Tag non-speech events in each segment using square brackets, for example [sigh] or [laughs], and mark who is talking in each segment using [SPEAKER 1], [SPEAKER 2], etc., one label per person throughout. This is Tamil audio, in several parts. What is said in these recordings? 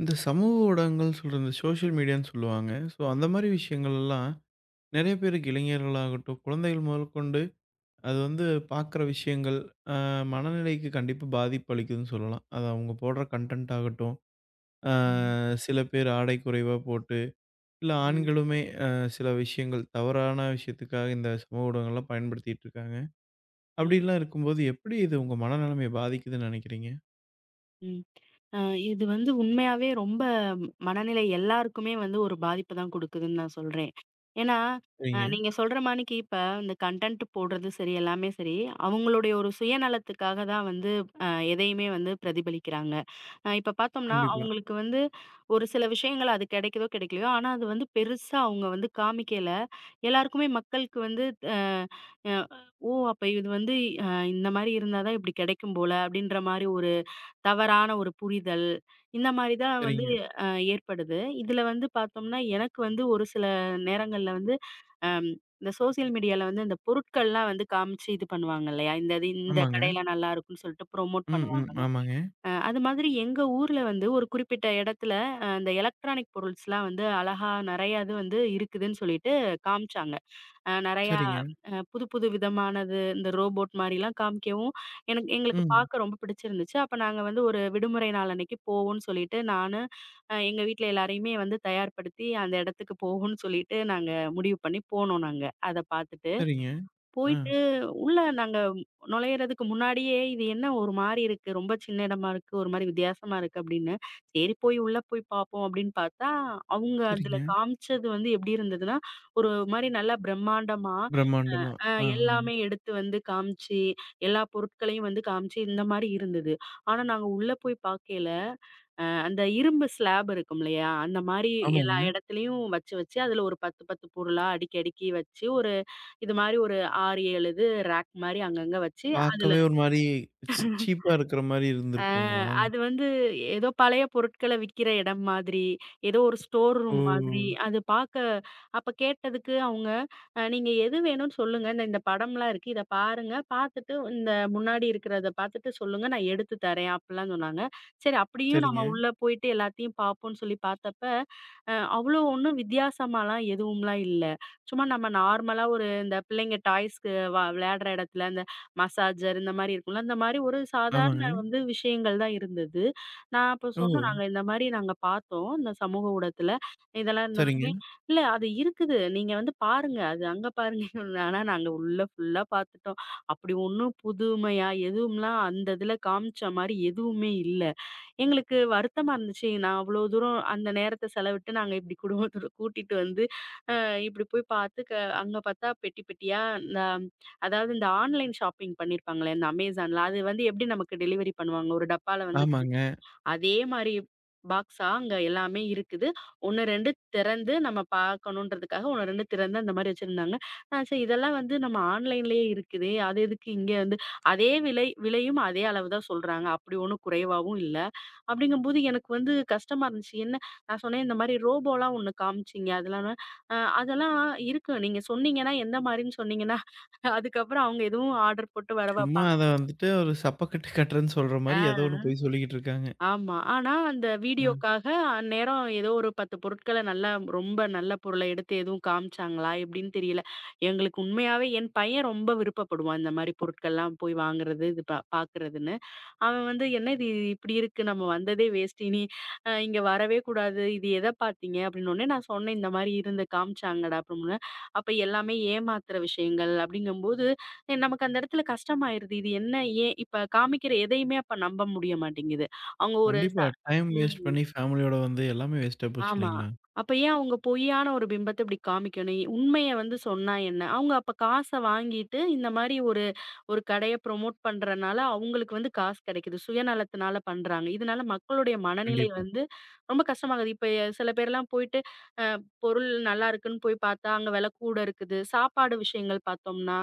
[SPEAKER 1] இந்த சமூக ஊடகங்கள் சொல்ற இந்த சோஷியல் மீடியான்னு சொல்லுவாங்க. ஸோ, அந்த மாரி விஷயங்கள் எல்லாம் நெறைய பேருக்கு இளைஞர்களாகட்டும், குழந்தைகள் முதற்கொண்டு அது வந்து பார்க்குற விஷயங்கள், அ மனநிலைக்கு கண்டிப்பா பாதிப்பு அளிக்குதுன்னு சொல்லலாம். அது அவங்க போடுற கன்டென்ட் ஆகட்டும், அ
[SPEAKER 2] ம்,
[SPEAKER 1] சில பேர் ஆடை குறைவா போட்டு, இல்ல
[SPEAKER 2] ம்,
[SPEAKER 1] ஆண்களுமே சில விஷயங்கள் தவறான விஷயத்துக்காக இந்த சமூக ஊடகங்கள்லாம் பயன்படுத்திட்டு இருக்காங்க.
[SPEAKER 2] ம்,
[SPEAKER 1] அப்படிலாம் இருக்கும்போது எப்படி இது உங்க மனநிலைமைய பாதிக்குதுன்னு நெனைக்கிறீங்க?
[SPEAKER 2] ம். அ இது வந்து உண்மையாவே ரொம்ப மனநிலை எல்லாருக்குமே வந்து ஒரு பாதிப்பு தான் குடுக்குதுன்னு நான் சொல்றேன். ஏன்னா,
[SPEAKER 1] சரிங்க.
[SPEAKER 2] நீங்க சொல்ற மாணிக்கு இப்ப இந்த கன்டென்ட் போடுறது சரி, எல்லாமே சரி, அவங்களுடைய ஒரு சுயநலத்துக்காக தான் வந்து அ எதையுமே வந்து பிரதிபலிக்கிறாங்க. இப்ப பார்த்தோம்னா,
[SPEAKER 1] கண்டிப்பா.
[SPEAKER 2] அவங்களுக்கு வந்து ஒரு சில விஷயங்கள் அது கிடைக்குதோ, கிடைக்கலையோ, ஆனா அது வந்து பெருசா அவங்க வந்து காமிக்கல. எல்லாருக்குமே மக்களுக்கு வந்து அ அ ஓ! அப்ப இது வந்து அ இந்த மாரி இருந்தா தான் இப்படி கிடைக்கும் போல அப்படின்ற மாரி ஒரு தவறான ஒரு புரிதல், இந்த மாரி தான் வந்து
[SPEAKER 1] சரிங்க.
[SPEAKER 2] அ ஏற்படுது. இதுல வந்து பார்த்தோம்னா, எனக்கு வந்து ஒரு சில நேரங்கள்ல வந்து அம் இந்த சோசியல் மீடியால வந்து இந்த பொருட்கள்லாம் வந்து காமிச்சு இது பண்ணுவாங்க இல்லையா? இந்த இந்த
[SPEAKER 1] ஆமாங்க.
[SPEAKER 2] கடையில நல்லா இருக்கும்ன்னு சொல்லிட்டு ப்ரோமோட்
[SPEAKER 1] ம், ம்.
[SPEAKER 2] பண்ணுவாங்கங்க.
[SPEAKER 1] ஆமாங்க.
[SPEAKER 2] அது மாதிரி எங்க ஊர்ல வந்து ஒரு குறிப்பிட்ட இடத்துல இந்த எலக்ட்ரானிக் பொருள்ஸ்லாம் வந்து அழகா நெறையா இது வந்து இருக்குதுன்னு சொல்லிட்டு காமிச்சாங்க. நெறையா
[SPEAKER 1] சரிங்க.
[SPEAKER 2] புது புது விதமானது இந்த ரோபோட் மாரிலாம் காமிக்கவும், எனக்கு எங்களுக்கு
[SPEAKER 1] ம்.
[SPEAKER 2] பார்க்க ரொம்ப பிடிச்சிருந்துச்சு. அப்ப நாங்க வந்து ஒரு விடுமுறை நாள் அன்னைக்கு போவோம்ன்னு சொல்லிட்டு, நானு எங்க வீட்ல எல்லாரையுமே வந்து தயார்படுத்தி, அந்த இடத்துக்கு போவோம்ன்னு சொல்லிட்டு நாங்க முடிவு பண்ணி போனோம் நாங்க. அத பார்த்துட்டு.
[SPEAKER 1] சரிங்க. ஆ.
[SPEAKER 2] போயிட்டு உள்ள நாங்க நுழையறதுக்கு முன்னாடியே, "இது என்ன ஒரு மாரி இருக்கு. ரொம்ப சின்ன இடமா இருக்கு. ஒரு மாரி வித்தியாசமா இருக்கு." அப்படின்னு. சரி போய் உள்ள போய் பார்ப்போம் அப்படின்னு பார்த்தா, அவங்க அதுல
[SPEAKER 1] சரிங்க.
[SPEAKER 2] காமிச்சது வந்து எப்படி இருந்ததுன்னா, ஒரு மாரி நல்லா பிரம்மாண்டமா
[SPEAKER 1] பிரம்மாண்டமா.
[SPEAKER 2] அ
[SPEAKER 1] ஆ, ஆ.
[SPEAKER 2] எல்லாமே எடுத்து வந்து காமிச்சு, எல்லா பொருட்களையும் வந்து காமிச்சு, இந்த மாரி இருந்தது. ஆனா நாங்க உள்ள போய் பாக்கையில, அந்த இரும்பு ஸ்லாப் இருக்கும் இல்லையா? அந்த மாரி எல்லா
[SPEAKER 1] ஆமாங்க.
[SPEAKER 2] இடத்துலயும் வச்சு வச்சு, அதுல ஒரு 10, 10 பொருளா அடுக்கி அடுக்கி வச்சு, ஒரு இது மாரி ஒரு 6, 7 இது ரேக் மாரி அங்கங்க வச்சு, அதுல
[SPEAKER 1] பார்க்கவே ஒரு மாரி ஸ் சீப்பா இருக்கிற மாரி
[SPEAKER 2] ஆ,
[SPEAKER 1] இருந்திருக்குங்களா?
[SPEAKER 2] அது வந்து ஏதோ பழைய பொருட்கள விக்கிற இடம் மாதிரி, ஏதோ ஒரு ஸ்டோர்
[SPEAKER 1] ஓ!
[SPEAKER 2] ரூம் மாதிரி. அது பாக்க அப்ப கேட்டதுக்கு அவங்க, "நீங்க எது வேணும்னு சொல்லுங்க. இந்த இந்த படம்லாம் இருக்கு. இத பாருங்க. பாத்துட்டு இந்த முன்னாடி இருக்கிறத பாத்துட்டு சொல்லுங்க. நான் எடுத்து தரேன்." அப்படிலாம் சொன்னாங்க. சரி அப்படியும் நம்ம
[SPEAKER 1] சரிங்க.
[SPEAKER 2] உள்ள போயிட்டு எல்லாத்தையும் பாப்போம்ன்னு சொல்லி பாத்தப்ப, அவ்வளோ ஒண்ணும் வித்தியாசமாலாம் எதுவும்லாம் இல்ல. சும்மா நம்ம நார்மலா ஒரு இந்த பிள்ளைங்க டாய்ஸ்க்கு விளையாடுற இடத்துல மசாஜர் இந்த மாரி இருக்கும்ல. அந்த மாரி ஒரு சாதாரண
[SPEAKER 1] ஆமாங்க.
[SPEAKER 2] வந்து விஷயங்கள் தான் இருந்தது. நான் அப்ப
[SPEAKER 1] ஓ!
[SPEAKER 2] சொன்னோம், "நாங்க இந்த மாரி நாங்க பார்த்தோம். இந்த சமூக ஊடகத்துல இதெல்லாம்
[SPEAKER 1] சரிங்க.
[SPEAKER 2] இருந்தோனே" இல்ல அது இருக்குது. நீங்க வந்து பாருங்க. அது அங்க பாருங்க. [laughs] ஆனா நாங்க உள்ள ஃபுல்லா பார்த்துட்டோம். அப்படி ஒண்ணும் புதுமையா எதுவும்லாம் அந்த இதுல காமிச்ச மாரி எதுவுமே இல்ல. எங்களுக்கு வருத்தமா இருந்துச்சு. நான் அவ்ளோ தூரம் அந்த நேரத்த செலவிட்டு நாங்க இப்டி குடும்பத்தோட கூட்டிட்டு வந்து, அ இப்டி போய் பார்த்து அங்க பார்த்தா பெட்டி பெட்டியா இந்த அதாவது இந்த ஆன்லைன் ஷாப்பிங் பண்ணியிருப்பாங்களே இந்த Amazonல. அது வந்து எப்டி நமக்கு டெலிவரி பண்ணுவாங்க? ஒரு டப்பால வந்து
[SPEAKER 1] ஆமாங்க.
[SPEAKER 2] அதே மாரி பாக்ஸா அங்க எல்லாமே இருக்குது. 1, 2 திறந்து நம்ம பார்க்கணுன்றதுக்காக 1, 2 திறந்து அந்த மாரி வச்சிருந்தாங்க. நான் சரி இதெல்லாம் வந்து நம்ம ஆன்லைன்லயே இருக்குதே! அது எதுக்கு இங்க வந்து அதே விலை விலையும் அதே அளவு தான் சொல்றாங்க. அப்படி ஒண்ணும் குறைவாவும் இல்ல. அப்படிங்கும்போது எனக்கு வந்து கஷ்டமா இருந்துச்சு. என்ன நான் சொன்னேன் இந்த மாரி ரோபோலாம் ஒண்ணு காமிச்சீங்க. அதெல்லாம் அ அதெல்லாம் இருக்கு. நீங்க சொன்னீங்கன்னா எந்த மாரின்னு சொன்னீங்கன்னா, அதுக்கப்புறம் அவங்க எதுவும் ஆர்டர் போட்டு வர
[SPEAKER 1] சும்மா அத
[SPEAKER 2] பார்ப்பாங்க.
[SPEAKER 1] வந்துட்டு ஒரு சப்பக்கட்டு கட்டுறேன்னு சொல்ற மாரி ஏதோ ஒண்ணு
[SPEAKER 2] ஆ.
[SPEAKER 1] பொய் சொல்லிக்கிட்டு இருக்காங்க.
[SPEAKER 2] ஆமா. ஆனா, அந்த
[SPEAKER 1] ஆ.
[SPEAKER 2] வீடியோக்காக அந்நேரம் ஏதோ ஒரு 10 பொருட்கள நல்லா ரொம்ப நல்ல பொருள எடுத்து எதுவும் காமிச்சாங்களா? எப்படின்னு தெரியல. எங்களுக்கு உண்மையாவே என் பையன் ரொம்ப விருப்பப்படுவான். இந்த மாரி பொருட்கள்லாம் போய் வாங்குறது, இது பார்க்குறதுன்னு. அவன் வந்து "என்ன இது இப்படி இருக்கு? நம்ம வந்ததே வேஸ்ட். இனி இங்க வரவே கூடாது. இது எத பார்த்தீங்க?" அப்படின்னோனே நான் சொன்னேன், "இந்த மாரி இருந்து காமிச்சாங்கடா" அப்படின்னு. அப்ப எல்லாமே ஏமாத்துற விஷயங்கள் அப்படிங்கும்போது, நமக்கு அந்த இடத்துல கஷ்டமாயிருது. இது என்ன? ஏன் இப்ப காமிக்கிற எதையுமே அப்ப நம்ப முடிய மாட்டேங்குது. அவங்க ஒரு
[SPEAKER 1] கண்டிப்பா. டைம் வேஸ்ட்
[SPEAKER 2] ம்.
[SPEAKER 1] பண்ணி ஃபேமிலியோட வந்து எல்லாமே வேஸ்ட்டா போச்சு
[SPEAKER 2] ஆமா.
[SPEAKER 1] இல்லைங்களா?
[SPEAKER 2] அப்ப ஏன் அவங்க பொய்யான ஒரு பிம்பத்த இப்படி காமிக்கணும்? உண்மைய வந்து சொன்னா என்ன? அவங்க அப்ப காச வாங்கிட்டு இந்த மாரி ஒரு ஒரு கடைய ப்ரமோட் பண்றனால அவங்களுக்கு வந்து காசு கிடைக்குது. சுயநலத்தினால பண்றாங்க. இதனால மக்களுடைய மனநிலை
[SPEAKER 1] கண்டிப்பா.
[SPEAKER 2] வந்து ரொம்ப கஷ்டமாகுது. இப்ப சில பேர்லாம் போயிட்டு பொருள் நல்லா இருக்குன்னு போய் பார்த்தா, அங்க விலை கூட இருக்குது. சாப்பாடு விஷயங்கள் பார்த்தோம்னா,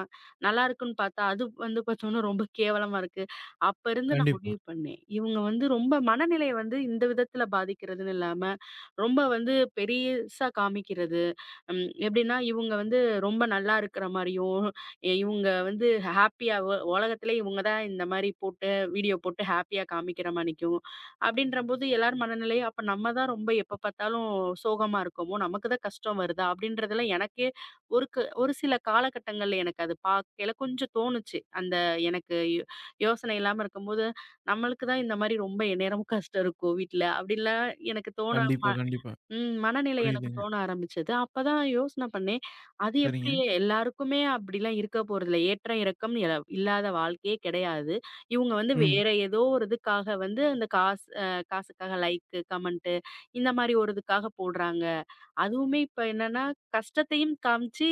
[SPEAKER 2] நல்லா இருக்குன்னு பார்த்தா, அது வந்து பார்த்தோம்னா ரொம்ப கேவலமா இருக்கு. அப்ப இருந்து நான்
[SPEAKER 1] கண்டிப்பா.
[SPEAKER 2] முடிவு பண்ணேன். இவங்க வந்து ரொம்ப மனநிலைய வந்து இந்த விதத்துல பாதிக்கிறதுன்னு இல்லாம, ரொம்ப வந்து பெரியசா காமிக்கிறது. ம் எப்படின்னா, இவங்க வந்து ரொம்ப நல்லா இருக்கிற மாரியும், இவங்க வந்து ஹேப்பியா உலகத்திலே இவங்க தான் இந்த மாரி போட்டு வீடியோ போட்டு ஹேப்பியா காமிக்கிற மாணிக்கும். அப்படின்றபோது எல்லார் மனநிலையும், அப்ப நம்ம தான் ரொம்ப எப்ப பார்த்தாலும் சோகமா இருக்கோமோ! நமக்கு தான் கஷ்டம் வருதா? அப்படின்றதுல எனக்கே ஒரு ஒரு சில காலகட்டங்கள்ல எனக்கு அது பார்க்கையில கொஞ்சம் தோணுச்சு. அந்த எனக்கு யோசனை இல்லாம இருக்கும்போது, நம்மளுக்கு தான் இந்த மாரி ரொம்ப எந்நேரமும் கஷ்டம் இருக்கும் வீட்ல. அப்படிலாம் எனக்கு
[SPEAKER 1] கண்டிப்பா, கண்டிப்பா.
[SPEAKER 2] ம். மனநிலை எனக்கு
[SPEAKER 1] புரியுதுங்க.
[SPEAKER 2] தோண ஆரம்பிச்சது. அப்பதான் யோசனை பண்ணேன். அது
[SPEAKER 1] சரிங்க.
[SPEAKER 2] எப்படி எல்லாருக்குமே அப்படிலாம் இருக்க போறதில்ல. ஏற்ற இறக்கம் இல்லாத வாழ்க்கையே கிடையாது. இவங்க வந்து
[SPEAKER 1] ம்.
[SPEAKER 2] வேற ஏதோ ஒரு இதுக்காக வந்து அந்த காசுக்காக லைக்கு, கமெண்ட்டு இந்த மாரி ஒரு இதுக்காக போடுறாங்க. அதுவுமே இப்ப என்னன்னா கஷ்டத்தையும் காமிச்சு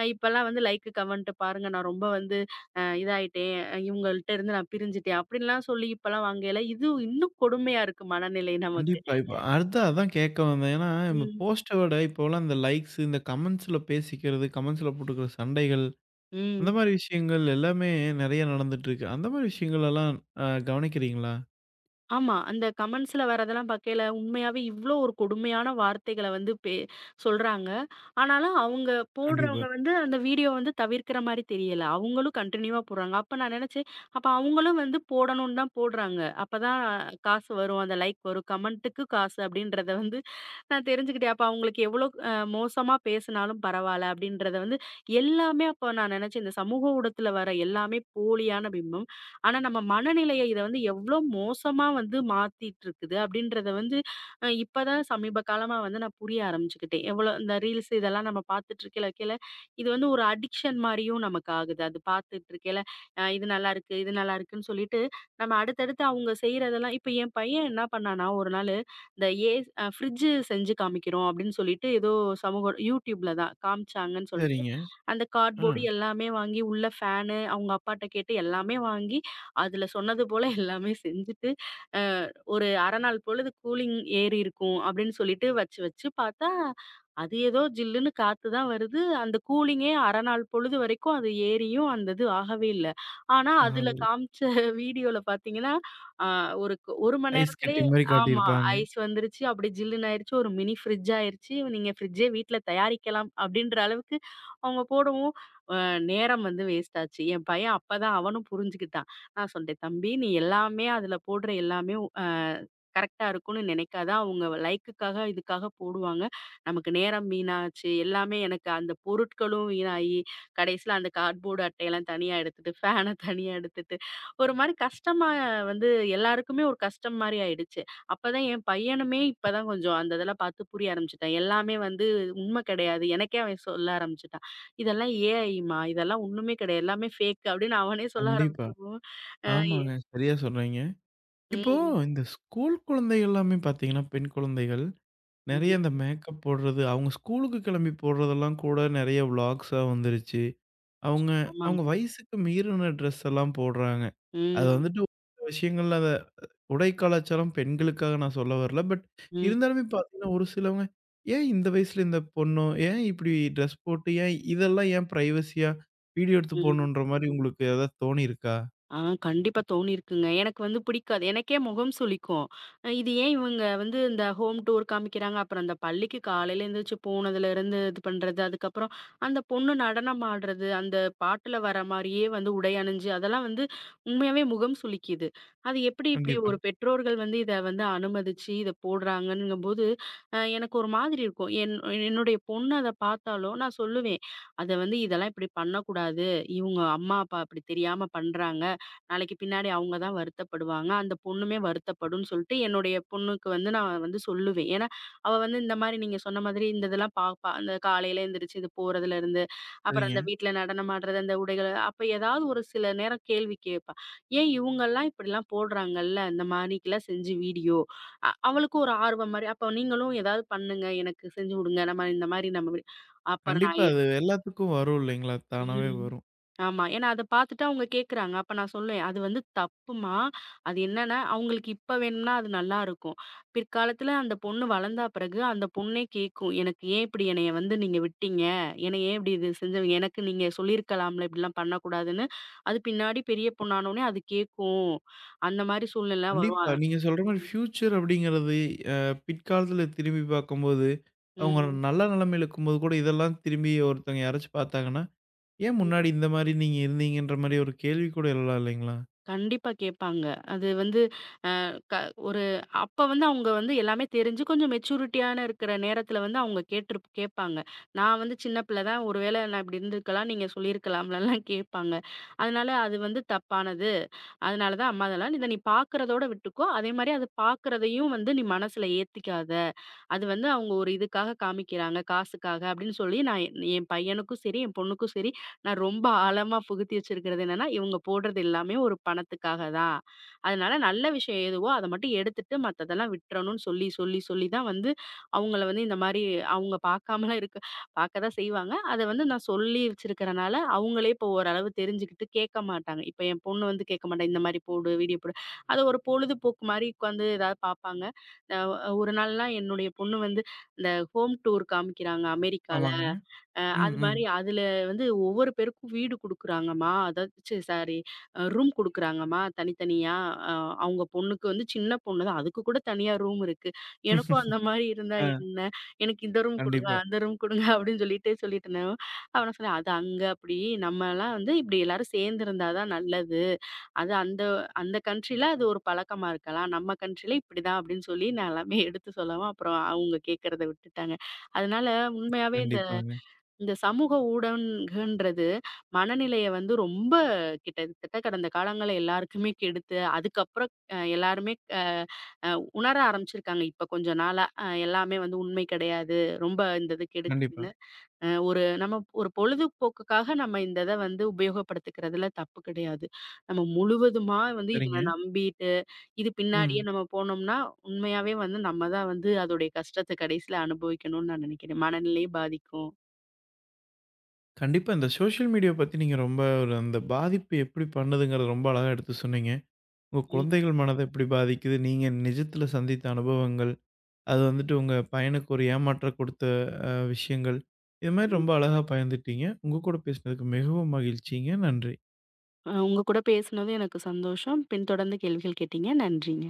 [SPEAKER 2] இப்பலாம் வந்து லைக்கு, கமெண்ட்டு பாருங்க நான் ரொம்ப வந்து இதாயிட்டேன். இவங்கள்ட்ட இருந்து நான் பிரிஞ்சுட்டேன். அப்படின்லாம் சொல்லி இப்பலாம் வாங்கையில இது இன்னும் கொடுமையா இருக்கு மனநிலை நமக்கு.
[SPEAKER 1] கண்டிப்பா. இப்ப அடுத்தது அதான் கேட்க வந்தேன். ஏன்னா, நம்ம
[SPEAKER 2] ம்.
[SPEAKER 1] போஸ்ட்ட விட இப்போலாம் இந்த லைக்ஸ், இந்த கமெண்ட்ஸ்ல பேசிக்கிறது, கமெண்ட்ஸ்ல போட்டுக்கிற சண்டைகள்,
[SPEAKER 2] ம்.
[SPEAKER 1] அந்த மாரி விஷயங்கள் எல்லாமே நெறைய நடந்துட்டுருக்கு. அந்த மாரி விஷயங்கள் எல்லாம் கவனிக்கிறீங்களா?
[SPEAKER 2] ஆமா. அந்த கமெண்ட்ஸ்ல வரதெல்லாம் பார்க்கையில, உண்மையாவே இவ்ளோ ஒரு கொடுமையான வார்த்தைகள வந்து சொல்றாங்க. ஆனாலும் அவங்க
[SPEAKER 1] கண்டிப்பா.
[SPEAKER 2] போடுறவங்க வந்து அந்த வீடியோ வந்து தவிர்க்கிற மாரி தெரியல. அவங்களும் கன்டினியூவா போடுறாங்க. அப்ப நான் நெனச்சேன், அப்ப அவங்களும் வந்து போடணும்னு தான் போடுறாங்க. அப்பதான் காசு வரும். அந்த லைக் வரும். கமெண்ட்டுக்கு காசு அப்படின்றத வந்து நான் தெரிஞ்சுக்கிட்டேன். அப்ப அவங்களுக்கு எவ்வளோ மோசமா பேசினாலும் பரவால்ல அப்படின்றத வந்து எல்லாமே அப்ப நான் நெனச்சேன். இந்த சமூக ஊடகத்துல வர எல்லாமே போலியான பிம்பம். ஆனா நம்ம மனநிலைய இத வந்து எவ்ளோ மோசமா வந்து மாத்திட்டு இருக்குது அப்படின்றத வந்து இப்பதான் சமீப காலமா வந்து நான் புரிய ஆரம்பிச்சுக்கிட்டேன். எவ்ளோ இந்த ரீல்ஸ் இதெல்லாம் நம்ம பார்த்துட்டு இருக்கையில இருக்கையில இது வந்து ஒரு அடிக்ஷன் மாரியும் நமக்கு ஆகுது. அது பார்த்துட்டு இருக்கையில இது நல்லாருக்கு, இது நல்லாருக்குன்னு சொல்லிட்டு நம்ம அடுத்தடுத்து அவங்க செய்றதெல்லாம் இப்ப என் பையன் என்ன பண்ணான்னா, ஒரு நாளு இந்த ஏ அ ஃப்ரிட்ஜ் செஞ்சு காமிக்கிறோம் அப்படின்னு சொல்லிட்டு ஏதோ சமூக YouTubeல தான் காமிச்சாங்கன்னு சொல்லிட்டு
[SPEAKER 1] சரிங்க.
[SPEAKER 2] அந்த
[SPEAKER 1] ஆ.
[SPEAKER 2] கார்ட்போர்டு எல்லாமே வாங்கி உள்ள ஃபேனு அவங்க அப்பாட்ட கேட்டு எல்லாமே வாங்கி அதுல சொன்னது போல எல்லாமே செஞ்சுட்டு, அ ஒரு 1/2 நாள் பொழுது கூலிங் ஏறி இருக்கும் அப்படின்னு சொல்லிட்டு வச்சு வச்சு பார்த்தா, அது ஏதோ ஜில்லுன்னு காத்து தான் வருது. அந்த கூலிங்கே 1/2 நாள் பொழுது வரைக்கும் அது ஏறியும் அந்த இது ஆகவே இல்ல. ஆனா அதுல
[SPEAKER 1] அதாவது
[SPEAKER 2] காமிச்ச வீடியோல பார்த்தீங்கன்னா, அ ஒரு ஒரு மணி
[SPEAKER 1] ஐஸ் கட்டி
[SPEAKER 2] நேரத்திலேயே
[SPEAKER 1] மாரி
[SPEAKER 2] ஆமா
[SPEAKER 1] காட்டியிருப்பாங்க.
[SPEAKER 2] ஐஸ் வந்துருச்சு, அப்படி ஜில்லுன்னு ஆயிருச்சு, ஒரு மினி ஃப்ரிட்ஜ் ஆயிருச்சு. நீங்க ஃப்ரிட்ஜே வீட்ல தயாரிக்கலாம் அப்படின்ற அளவுக்கு அவங்க போடவும், அ நேரம் வந்து வேஸ்ட் ஆச்சு. என் பையன் அப்பதான் அவனும் புரிஞ்சுக்கிட்டான். நான் சொல்ட்டேன், "தம்பி நீ எல்லாமே அதுல போடுற எல்லாமே அ கரெக்ட்டா இருக்கும்னு நினைக்காத. அவங்க லைக்குக்காக இதுக்காக போடுவாங்க. நமக்கு நேரம் வீணாச்சு. எல்லாமே எனக்கு அந்த பொருட்களும் வீணாயி, கடைசியில அந்த கார்ட்போர்டு அட்டையெல்லாம் தனியா எடுத்துட்டு, ஃபேன தனியா எடுத்துட்டு, ஒரு மாரி கஷ்டமா வந்து எல்லாருக்குமே ஒரு கஷ்டம் மாரி ஆயிடுச்சு." அப்பதான் என் பையனுமே இப்பதான் கொஞ்சம் அந்த இதெல்லாம் பார்த்து புரிய ஆரம்பிச்சுட்டான். எல்லாமே வந்து உண்மை கிடையாது. எனக்கே அவன் சொல்ல ஆரம்பிச்சுட்டான். "இதெல்லாம் ஏஐம்மா. இதெல்லாம் ஒண்ணுமே கிடையாது. எல்லாமே ஃபேக்" அப்படின்னு அவனே சொல்ல
[SPEAKER 1] கண்டிப்பா.
[SPEAKER 2] ஆரம்பிச்சப்போ ஆ, எ
[SPEAKER 1] ஆமாங்க. சரியா சொல்றீங்க. இப்போ
[SPEAKER 2] ம்,
[SPEAKER 1] இந்த ஸ்கூல் குழந்தைகள் எல்லாமே பார்த்தீங்கன்னா, பெண் குழந்தைகள்
[SPEAKER 2] ம்.
[SPEAKER 1] நெறைய இந்த மேக்கப் போடுறது, அவங்க ஸ்கூலுக்கு கெளம்பி போடுறதெல்லாம் கூட நெறைய விளாக்ஸா வந்துருச்சு. அவங்க
[SPEAKER 2] அச்சச்சோ!
[SPEAKER 1] அவங்க
[SPEAKER 2] ஆமாங்க.
[SPEAKER 1] வயசுக்கு மீறின ட்ரெஸ் எல்லாம் போடுறாங்க. அது
[SPEAKER 2] ம்,
[SPEAKER 1] வந்துட்டு ஒரு சில விஷயங்கள்ல அத உடை கலாச்சாரம் பெண்களுக்காக நான் சொல்ல வரல. பட்
[SPEAKER 2] ம்,
[SPEAKER 1] இருந்தாலுமே பாத்தீங்கன்னா, ஒரு சிலவங்க ஏன் இந்த வயசுல இந்த பொண்ணு, ஏன் இப்படி ட்ரெஸ் போட்டு, ஏன் இதெல்லாம் ஏன் பிரைவசியா வீடியோ எடுத்து
[SPEAKER 2] ம்.
[SPEAKER 1] போடணுன்ற மாரி உங்களுக்கு ஏதாவது தோணியிருக்கா?
[SPEAKER 2] ஆ, கண்டிப்பா தோணியிருக்குங்க. எனக்கு வந்து பிடிக்காது. எனக்கே முகம் சுளிக்கும். இது ஏன் இவங்க வந்து இந்த ஹோம் டூர் காமிக்கிறாங்க, அப்புறம் அந்த பள்ளிக்கு காலையில எந்திரிச்சு போனதுலேருந்து இது பண்றது, அதுக்கப்புறம் அந்த பொண்ணு நடனம் ஆடுறது, அந்த பாட்டுல வர மாரியே வந்து உடை அணிஞ்சு, அதெல்லாம் வந்து உண்மையாவே முகம் சுளிக்கிது. அது எப்படி இப்படி
[SPEAKER 1] கண்டிப்பா.
[SPEAKER 2] ஒரு பெற்றோர்கள் வந்து இத வந்து அனுமதிச்சு இத போடுறாங்கங்கும்போது, எனக்கு ஒரு மாதிரி இருக்கும். என்னுடைய பொண்ணு அத பார்த்தாலும் நான் சொல்லுவேன். அத வந்து இதெல்லாம் இப்படி பண்ணக்கூடாது. இவங்க அம்மா, அப்பா இப்படி தெரியாம பண்றாங்க. நாளைக்கு பின்னாடி அவங்க தான் வருத்தப்படுவாங்க. அந்த பொண்ணுமே வருத்தப்படும்ன்னு சொல்லிட்டு என்னுடைய பொண்ணுக்கு வந்து நான் வந்து சொல்லுவேன். ஏன்னா, அவ வந்து இந்த மாரி நீங்க சொன்ன மாதிரி இந்த இதெல்லாம் பாப்பா. அந்த காலையில எந்திரிச்சு இது போறதுலருந்து, அப்புறம்
[SPEAKER 1] சரிங்க.
[SPEAKER 2] அந்த வீட்ல நடனம் ஆடுறது, அந்த உடைகள் அப்ப ஏதாவது ஒரு சில நேரம் கேள்வி கேட்பா. ஏன் இவங்கலாம் இப்படிலாம் போடுறாங்கல்ல, இந்த மாரிக்கெல்லாம் செஞ்சு வீடியோ. அவளுக்கும் ஒரு ஆர்வம் மாரி, அப்ப நீங்களும் ஏதாவது பண்ணுங்க, எனக்கு செஞ்சு விடுங்க. நம்ம இந்த மாரி நம்ம அப்பறம் நான்
[SPEAKER 1] கண்டிப்பா அது எல்லாத்துக்கும் வரும் இல்லைங்களா? தானாவே
[SPEAKER 2] ம்.
[SPEAKER 1] வரும்.
[SPEAKER 2] ஆமா. ஏன்னா அத பார்த்துட்டு அவங்க கேட்குறாங்க. அப்ப நான் சொல்லுவேன், "அது வந்து தப்புமா. அது என்னன்னா, அவங்களுக்கு இப்ப வேணும்னா அது நல்லாருக்கும். பிற்காலத்துல அந்த பொண்ணு வளர்ந்தா பிறகு அந்த பொண்ணே கேட்கும். எனக்கு ஏன் இப்படி என்னைய வந்து நீங்க விட்டீங்க? என்னை ஏன் இப்படி இது செஞ்சவங்க? எனக்கு நீங்க சொல்லியிருக்கலாம்ல, இப்படிலாம் பண்ணக்கூடாதுன்னு." அது பின்னாடி பெரிய பொண்ணானோனே அது கேட்கும். அந்த மாரி சூழ்நிலை வரும்.
[SPEAKER 1] கண்டிப்பா. நீங்க சொல்ற மாரி
[SPEAKER 2] ம்,
[SPEAKER 1] ஃபியூச்சர் அப்படிங்கிறது அ பிற்காலத்துல திரும்பி பார்க்கும்போது, அவங்க
[SPEAKER 2] ம்,
[SPEAKER 1] நல்ல நிலைமையில இருக்கும்போது கூட இதெல்லாம் திரும்பி ஒருத்தவங்க யாராச்சும் பார்த்தாங்கன்னா, "ஏன்
[SPEAKER 2] ம்.
[SPEAKER 1] முன்னாடி இந்த மாரி நீங்க இருந்தீங்கன்ற" மாரி ஒரு கேள்வி கூட எழலாம் இல்லைங்களா?
[SPEAKER 2] கண்டிப்பா கேட்பாங்க. அது வந்து க ஒரு அப்ப வந்து அவங்க வந்து எல்லாமே தெரிஞ்சு கொஞ்சம் மெச்சூரிட்டியான இருக்கிற நேரத்துல வந்து அவங்க கேட்பாங்க. நான் வந்து சின்ன பிள்ளை தான். ஒருவேளை நான் இப்படி இருந்திருக்கலாம், நீங்க சொல்லியிருக்கலாம்லலாம் கேட்பாங்க. அதனால அது வந்து தப்பானது. அதனால தான் அம்மா இதெல்லாம் இத நீ பார்க்கிறதோட விட்டுக்கோ. அதே மாரி அது பார்க்கிறதையும் வந்து நீ மனசுல ஏத்திக்காத. அது வந்து அவங்க ஒரு இதுக்காக காமிக்கிறாங்க, காசுக்காக அப்படின்னு சொல்லி நான் என் என் பையனுக்கும் சரி, என் பொண்ணுக்கும் சரி, நான் ரொம்ப ஆழமா புகுத்தி வச்சிருக்கிறது என்னன்னா, இவங்க போடுறது எல்லாமே ஒரு பணத்துக்காக தான். அதனால நல்ல விஷயம் எதுவோ அத மட்டும் எடுத்துட்டு மத்ததெல்லாம் விட்றணும்னு சொல்லி, சொல்லி, சொல்லி தான் வந்து அவங்கள வந்து இந்த மாரி அவங்க பார்க்காமலாம் இருக்க பார்க்க தான் செய்வாங்க. அத வந்து நான் சொல்லி வச்சிருக்கிறனால, அவங்களே இப்போ ஓரளவு தெரிஞ்சுக்கிட்டு கேட்க மாட்டாங்க. இப்ப என் பொண்ணு வந்து கேட்க மாட்டா, இந்த மாரி போடு, வீடியோ போடு. அது ஒரு பொழுதுபோக்கு மாரி உட்காந்து ஏதாவது பார்ப்பாங்க. அ ஒரு நாள்லாம் என்னுடைய பொண்ணு வந்து இந்த ஹோம் டூர் காமிக்கிறாங்க அமெரிக்கால.
[SPEAKER 1] ஆமாங்க. ம்,
[SPEAKER 2] அது
[SPEAKER 1] ம்.
[SPEAKER 2] மாரி அதுல வந்து ஒவ்வொரு பேருக்கும் வீடு குடுக்குறாங்கம்மா. அதாவது ச்சீ சாரி ரூம் குடுக்குறாங்கம்மா தனித்தனியா. அ அவங்க பொண்ணுக்கு வந்து சின்ன பொண்ணு தான். அதுக்கு கூட தனியா ரூம் இருக்கு. எனக்கும் அந்த மாரி இருந்தா
[SPEAKER 1] ஆ
[SPEAKER 2] என்ன? எனக்கு இந்த ரூம் குடுங்க,
[SPEAKER 1] கண்டிப்பா,
[SPEAKER 2] அந்த ரூம் குடுங்க [laughs] அப்படின்னு சொல்லிட்டே சொல்லிட்டு இருந்தேன். அவ நான் சொன்னேன், "அது அங்க அப்படி. நம்மலாம் வந்து இப்படி எல்லாரும் சேர்ந்து இருந்தா தான் நல்லது. அது அந்த அந்த கண்ட்ரில அது ஒரு பழக்கமா இருக்கலாம். நம்ம கண்ட்ரில இப்படிதான் அப்படின்னு சொல்லி நான் எல்லாமே எடுத்து சொல்லவும், அப்புறம் அவங்க கேட்கறத விட்டுட்டாங்க. அதனால உண்மையாவே இந்த
[SPEAKER 1] கண்டிப்பாங்க.
[SPEAKER 2] இந்த சமூக ஊடகம்ன்றது மனநிலைய வந்து ரொம்ப கிட்டத்தட்ட கடந்த காலங்கள்ல எல்லாருக்குமே கெடுத்து, அதுக்கப்புறம் எல்லாருமே அ அ உணர ஆரம்பிச்சிருக்காங்க. இப்ப கொஞ்ச நாளா. எல்லாமே வந்து உண்மை கிடையாது. ரொம்ப இந்த இது
[SPEAKER 1] கண்டிப்பா.
[SPEAKER 2] கெடுக்குதுன்னு. ஒரு நம்ம ஒரு பொழுதுபோக்குக்காக நம்ம இந்த இத வந்து உபயோகப்படுத்திக்கிறதுல தப்பு கிடையாது. நம்ம முழுவதுமா வந்து
[SPEAKER 1] சரிங்க.
[SPEAKER 2] இதுல நம்பிட்டு, இது பின்னாடியே
[SPEAKER 1] ம்.
[SPEAKER 2] நம்ம போனோம்னா, உண்மையாவே வந்து நம்ம தான் வந்து அதோடைய கஷ்டத்த கடைசியில அனுபவிக்கணும்னு நான் நினைக்கிறேன். மனநிலையை பாதிக்கும்.
[SPEAKER 1] கண்டிப்பா இந்த சோஷியல் மீடியா பத்தி நீங்க ரொம்ப ஒரு அந்த பாதிப்பு எப்படி பண்ணுதுங்கிறத ரொம்ப அழகா எடுத்து சொன்னீங்க. உங்க
[SPEAKER 2] ம்.
[SPEAKER 1] குழந்தைகள் மனத எப்படி பாதிக்குது, நீங்க நிஜத்துல சந்தித்த அனுபவங்கள், அது வந்துட்டு உங்க பையனுக்கு ஒரு ஏமாற்றம் கொடுத்த விஷயங்கள். இது மாரி ரொம்ப அழகா பகிர்ந்துட்டீங்க. உங்க கூட பேசினதுக்கு மிகவும் மகிழ்ச்சிங்க. நன்றி.
[SPEAKER 2] உங்க கூட பேசினது எனக்கு சந்தோஷம். பின்தொடர்ந்து கேள்விகள் கேட்டீங்க. நன்றிங்க.